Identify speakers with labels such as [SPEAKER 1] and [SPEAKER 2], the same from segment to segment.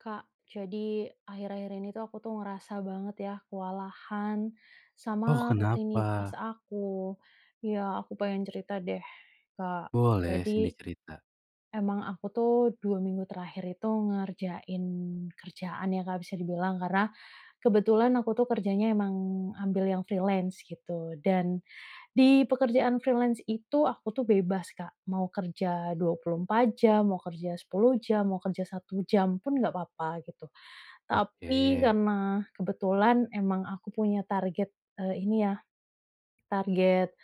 [SPEAKER 1] Kak, jadi akhir-akhir ini tuh aku tuh ngerasa banget ya kewalahan sama
[SPEAKER 2] Oh
[SPEAKER 1] rutinitas
[SPEAKER 2] kenapa?
[SPEAKER 1] aku. Ya, aku pengen cerita deh, Kak.
[SPEAKER 2] Boleh
[SPEAKER 1] Jadi
[SPEAKER 2] sini cerita?
[SPEAKER 1] emang aku tuh 2 minggu terakhir itu ngerjain kerjaan ya, Kak, bisa dibilang karena kebetulan aku tuh kerjanya emang ambil yang freelance gitu. Dan di pekerjaan freelance itu aku tuh bebas, Kak. Mau kerja 24 jam, mau kerja 10 jam, mau kerja 1 jam pun nggak apa-apa gitu.
[SPEAKER 2] Oke.
[SPEAKER 1] Tapi karena kebetulan emang aku punya target,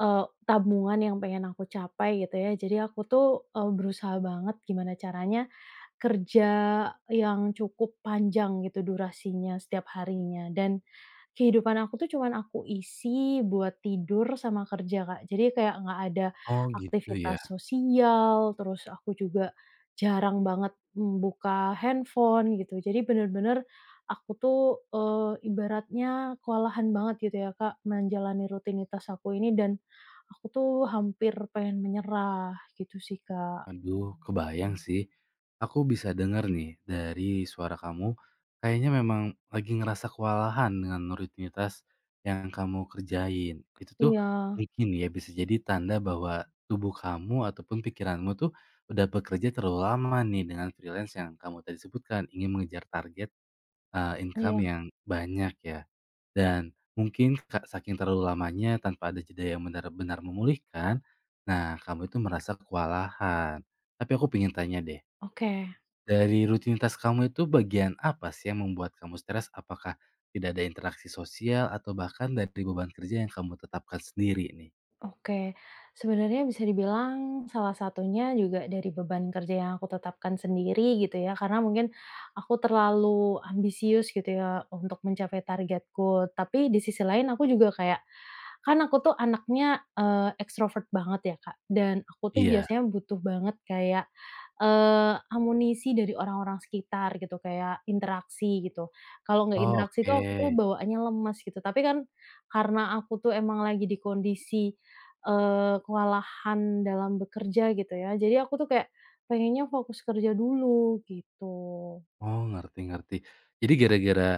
[SPEAKER 1] eee, tabungan yang pengen aku capai gitu ya. Jadi aku tuh, berusaha banget gimana caranya kerja yang cukup panjang gitu durasinya, setiap harinya, dan kehidupan aku tuh cuman aku isi buat tidur sama kerja, Kak. Jadi kayak nggak ada
[SPEAKER 2] Oh gitu ya?
[SPEAKER 1] aktivitas sosial, terus aku juga jarang banget, buka handphone gitu. Jadi bener-bener aku tuh, ibaratnya kewalahan banget gitu ya, Kak, menjalani rutinitas aku ini dan aku tuh hampir pengen menyerah gitu sih, Kak.
[SPEAKER 2] Aduh kebayang sih. Aku bisa denger nih dari suara kamu, kayaknya memang lagi ngerasa kewalahan dengan rutinitas yang kamu kerjain. Itu tuh
[SPEAKER 1] Iya,
[SPEAKER 2] mungkin ya bisa jadi tanda bahwa tubuh kamu ataupun pikiranmu tuh udah bekerja terlalu lama nih dengan freelance yang kamu tadi sebutkan, ingin mengejar target. Income
[SPEAKER 1] iya.
[SPEAKER 2] yang banyak ya, dan mungkin saking terlalu lamanya tanpa ada jeda yang benar-benar memulihkan, nah kamu itu merasa kewalahan. Tapi aku pengen tanya deh,
[SPEAKER 1] Oke.
[SPEAKER 2] dari rutinitas kamu itu bagian apa sih yang membuat kamu stres? Apakah tidak ada interaksi sosial atau bahkan dari beban kerja yang kamu tetapkan sendiri nih?
[SPEAKER 1] Oke, sebenarnya bisa dibilang salah satunya juga dari beban kerja yang aku tetapkan sendiri gitu ya, karena mungkin aku terlalu ambisius gitu ya untuk mencapai targetku. Tapi di sisi lain aku juga kayak, kan aku tuh anaknya, ekstrovert banget ya, Kak, dan aku tuh
[SPEAKER 2] Iya.
[SPEAKER 1] biasanya butuh banget kayak, amunisi dari orang-orang sekitar gitu, kayak interaksi gitu. Kalau nggak
[SPEAKER 2] Oh,
[SPEAKER 1] interaksi tuh aku tuh
[SPEAKER 2] oke.
[SPEAKER 1] bawaannya lemes gitu, tapi kan karena aku tuh emang lagi di kondisi kewalahan dalam bekerja gitu ya. Jadi aku tuh kayak pengennya fokus kerja dulu gitu.
[SPEAKER 2] Oh, ngerti ngerti. Jadi gara-gara,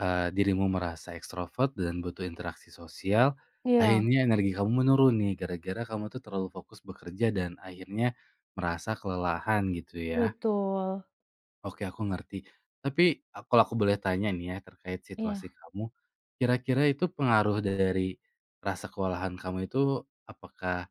[SPEAKER 2] dirimu merasa ekstrovert dan butuh interaksi sosial,
[SPEAKER 1] Iya.
[SPEAKER 2] akhirnya energi kamu menurun nih gara-gara kamu tuh terlalu fokus bekerja dan akhirnya merasa kelelahan gitu ya.
[SPEAKER 1] Betul,
[SPEAKER 2] Oke, aku ngerti. Tapi, kalau aku boleh tanya nih ya terkait situasi
[SPEAKER 1] iya.
[SPEAKER 2] kamu, kira-kira itu pengaruh dari rasa kewalahan kamu itu apakah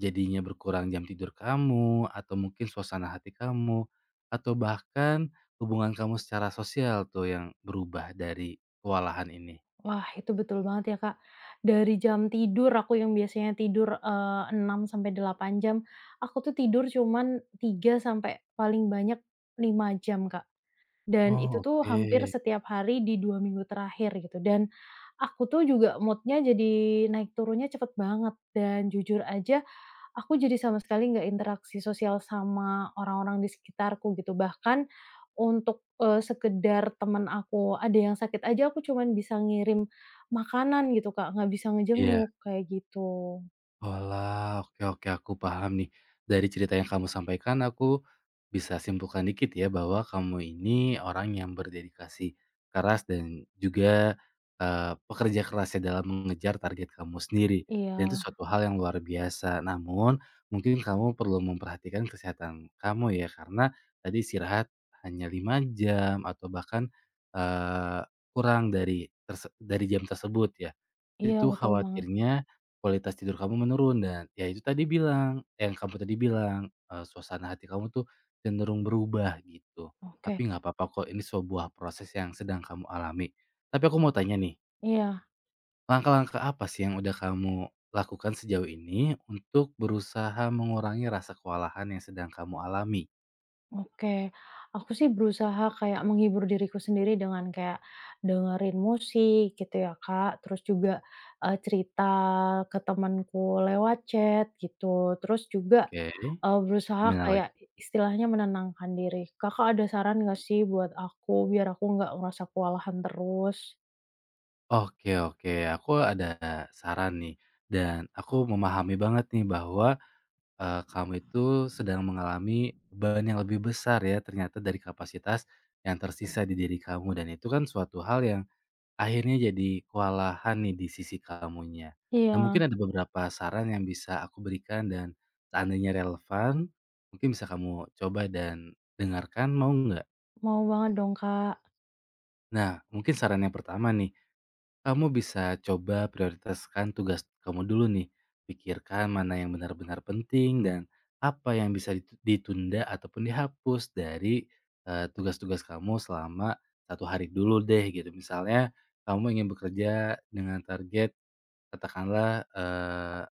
[SPEAKER 2] jadinya berkurang jam tidur kamu, atau mungkin suasana hati kamu, atau bahkan hubungan kamu secara sosial tuh yang berubah dari kewalahan ini?
[SPEAKER 1] Wah, itu betul banget ya, Kak. Dari jam tidur aku yang biasanya tidur, 6 sampai 8 jam, aku tuh tidur cuman 3 sampai paling banyak 5 jam, Kak. Dan itu
[SPEAKER 2] Oh,
[SPEAKER 1] tuh
[SPEAKER 2] oke.
[SPEAKER 1] hampir setiap hari di 2 minggu terakhir gitu. Dan aku tuh juga mood-nya jadi naik turunnya cepet banget dan jujur aja aku jadi sama sekali nggak interaksi sosial sama orang-orang di sekitarku gitu, bahkan untuk, sekedar teman aku ada yang sakit aja aku cuman bisa ngirim makanan gitu, Kak, nggak bisa
[SPEAKER 2] Iya.
[SPEAKER 1] ngejenguk kayak gitu.
[SPEAKER 2] Oalah, oke oke aku paham nih. Dari cerita yang kamu sampaikan aku bisa simpulkan dikit ya bahwa kamu ini orang yang berdedikasi keras dan juga, pekerja kerasnya dalam mengejar target kamu sendiri. Dan itu
[SPEAKER 1] Iya,
[SPEAKER 2] suatu hal yang luar biasa. Namun mungkin kamu perlu memperhatikan kesehatan kamu ya, karena tadi istirahat hanya 5 jam atau bahkan, eee, kurang dari dari jam tersebut ya.
[SPEAKER 1] iya,
[SPEAKER 2] Itu
[SPEAKER 1] betul banget.
[SPEAKER 2] khawatirnya kualitas tidur kamu menurun dan ya itu tadi bilang eh, yang kamu tadi bilang, suasana hati kamu tuh cenderung berubah gitu. Tapi
[SPEAKER 1] Oke,
[SPEAKER 2] nggak apa-apa kok, ini sebuah proses yang sedang kamu alami. Tapi aku mau tanya nih,
[SPEAKER 1] iya.
[SPEAKER 2] langkah-langkah apa sih yang udah kamu lakukan sejauh ini untuk berusaha mengurangi rasa kewalahan yang sedang kamu alami?
[SPEAKER 1] Oke, aku sih berusaha kayak menghibur diriku sendiri dengan kayak dengerin musik gitu ya, Kak, terus juga, cerita ke temanku lewat chat gitu, terus juga,
[SPEAKER 2] Oke,
[SPEAKER 1] berusaha
[SPEAKER 2] gimana
[SPEAKER 1] kayak
[SPEAKER 2] lagi?
[SPEAKER 1] istilahnya menenangkan diri. Kakak ada saran nggak sih buat aku biar aku nggak ngerasa kewalahan terus?
[SPEAKER 2] Oke oke, aku ada saran nih dan aku memahami banget nih bahwa kamu itu sedang mengalami beban yang lebih besar ya ternyata dari kapasitas yang tersisa di diri kamu dan itu kan suatu hal yang akhirnya jadi kewalahan nih di sisi kamunya. Nah
[SPEAKER 1] Iya,
[SPEAKER 2] mungkin ada beberapa saran yang bisa aku berikan dan seandainya relevan, mungkin bisa kamu coba dan dengarkan, mau nggak?
[SPEAKER 1] mau banget dong, Kak.
[SPEAKER 2] Nah mungkin saran yang pertama nih, kamu bisa coba prioritaskan tugas kamu dulu nih. Pikirkan mana yang benar-benar penting dan apa yang bisa ditunda ataupun dihapus dari tugas-tugas kamu selama satu hari dulu deh gitu. Misalnya kamu ingin bekerja dengan target katakanlah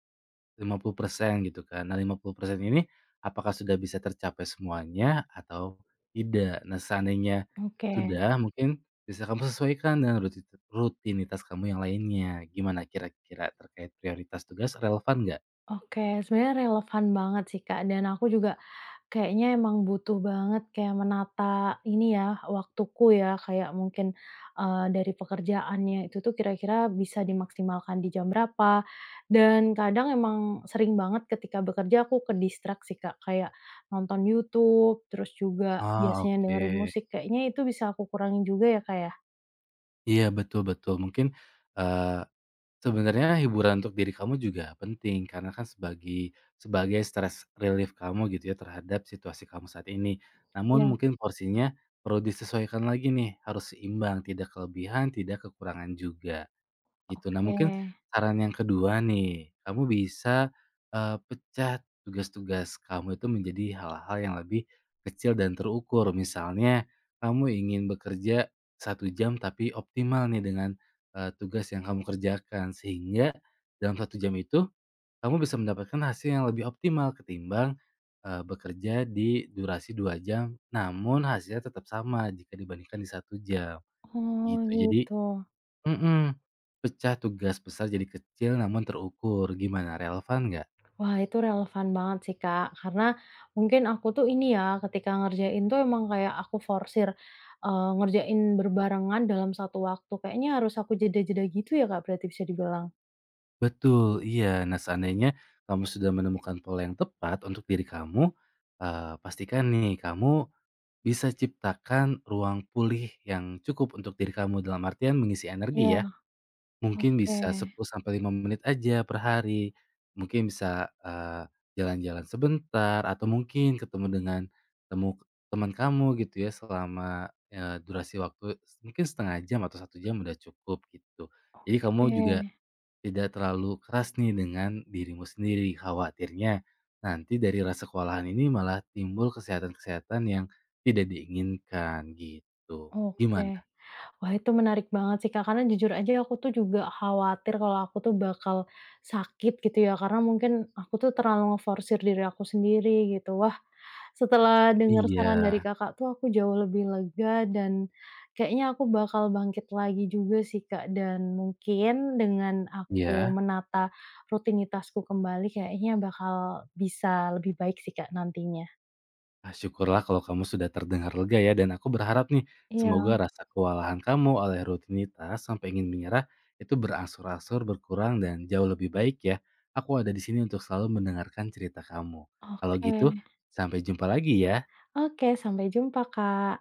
[SPEAKER 2] 50% gitu kan. Nah 50% ini apakah sudah bisa tercapai semuanya atau tidak? Nah seandainya
[SPEAKER 1] Oke,
[SPEAKER 2] sudah, mungkin bisa kamu sesuaikan dengan rutinitas kamu yang lainnya. Gimana kira-kira terkait prioritas tugas, relevan nggak?
[SPEAKER 1] oke, sebenarnya relevan banget sih, Kak, dan aku juga kayaknya emang butuh banget kayak menata ini ya, waktuku ya, kayak mungkin, dari pekerjaannya itu tuh kira-kira bisa dimaksimalkan di jam berapa, dan kadang emang sering banget ketika bekerja aku ke-distract, Kak, kayak nonton YouTube, terus juga
[SPEAKER 2] Ah,
[SPEAKER 1] biasanya
[SPEAKER 2] oke.
[SPEAKER 1] dengerin musik, kayaknya itu bisa aku kurangin juga ya, Kak, ya?
[SPEAKER 2] Iya betul betul mungkin. Sebenarnya hiburan untuk diri kamu juga penting karena kan sebagai sebagai stress relief kamu gitu ya terhadap situasi kamu saat ini. Namun
[SPEAKER 1] Iya,
[SPEAKER 2] mungkin porsinya perlu disesuaikan lagi nih, harus seimbang, tidak kelebihan, tidak kekurangan juga. Gitu. Nah, mungkin
[SPEAKER 1] oke.
[SPEAKER 2] saran yang kedua nih, kamu bisa, pecah tugas-tugas kamu itu menjadi hal-hal yang lebih kecil dan terukur. Misalnya, kamu ingin bekerja 1 jam tapi optimal nih dengan, tugas yang kamu kerjakan. Sehingga dalam 1 jam itu kamu bisa mendapatkan hasil yang lebih optimal ketimbang, bekerja di durasi 2 jam, namun hasilnya tetap sama jika dibandingkan di 1 jam,
[SPEAKER 1] Oh,
[SPEAKER 2] gitu. Jadi,
[SPEAKER 1] gitu.
[SPEAKER 2] Mhm. Pecah tugas besar jadi kecil namun terukur, gimana relevan nggak?
[SPEAKER 1] Wah, itu relevan banget sih, Kak. Karena mungkin aku tuh ini ya, ketika ngerjain tuh emang kayak aku forsir, ngerjain berbarengan dalam satu waktu. Kayaknya harus aku jeda-jeda gitu ya, Kak, berarti bisa dibilang?
[SPEAKER 2] Betul, iya. Nah, seandainya kamu sudah menemukan pola yang tepat untuk diri kamu, pastikan nih kamu bisa ciptakan ruang pulih yang cukup untuk diri kamu, dalam artian mengisi energi ya.
[SPEAKER 1] Iya,
[SPEAKER 2] Mungkin
[SPEAKER 1] oke,
[SPEAKER 2] bisa 10 sampai 5 menit aja per hari. Mungkin bisa, jalan-jalan sebentar atau mungkin ketemu dengan temu teman kamu gitu ya selama, durasi waktu mungkin setengah jam atau 1 jam udah cukup gitu. Jadi kamu juga
[SPEAKER 1] oke,
[SPEAKER 2] tidak terlalu keras nih dengan dirimu sendiri. Khawatirnya nanti dari rasa kewalahan ini malah timbul kesehatan-kesehatan yang tidak diinginkan gitu.
[SPEAKER 1] oke.
[SPEAKER 2] Gimana?
[SPEAKER 1] Wah, itu menarik banget sih, Kak, karena jujur aja aku tuh juga khawatir kalau aku tuh bakal sakit gitu ya, karena mungkin aku tuh terlalu ngeforsir diri aku sendiri gitu. Wah, setelah dengar
[SPEAKER 2] Iya,
[SPEAKER 1] saran dari Kakak tuh aku jauh lebih lega dan kayaknya aku bakal bangkit lagi juga sih, Kak, dan mungkin dengan aku
[SPEAKER 2] iya.
[SPEAKER 1] menata rutinitasku kembali kayaknya bakal bisa lebih baik sih, Kak, nantinya.
[SPEAKER 2] Ah, syukurlah kalau kamu sudah terdengar lega ya, dan aku berharap nih,
[SPEAKER 1] Iya,
[SPEAKER 2] semoga rasa kewalahan kamu oleh rutinitas sampai ingin menyerah itu berangsur-angsur berkurang dan jauh lebih baik ya. Aku ada di sini untuk selalu mendengarkan cerita kamu. Kalau gitu,
[SPEAKER 1] oke.
[SPEAKER 2] sampai jumpa lagi ya.
[SPEAKER 1] Oke, sampai jumpa, Kak.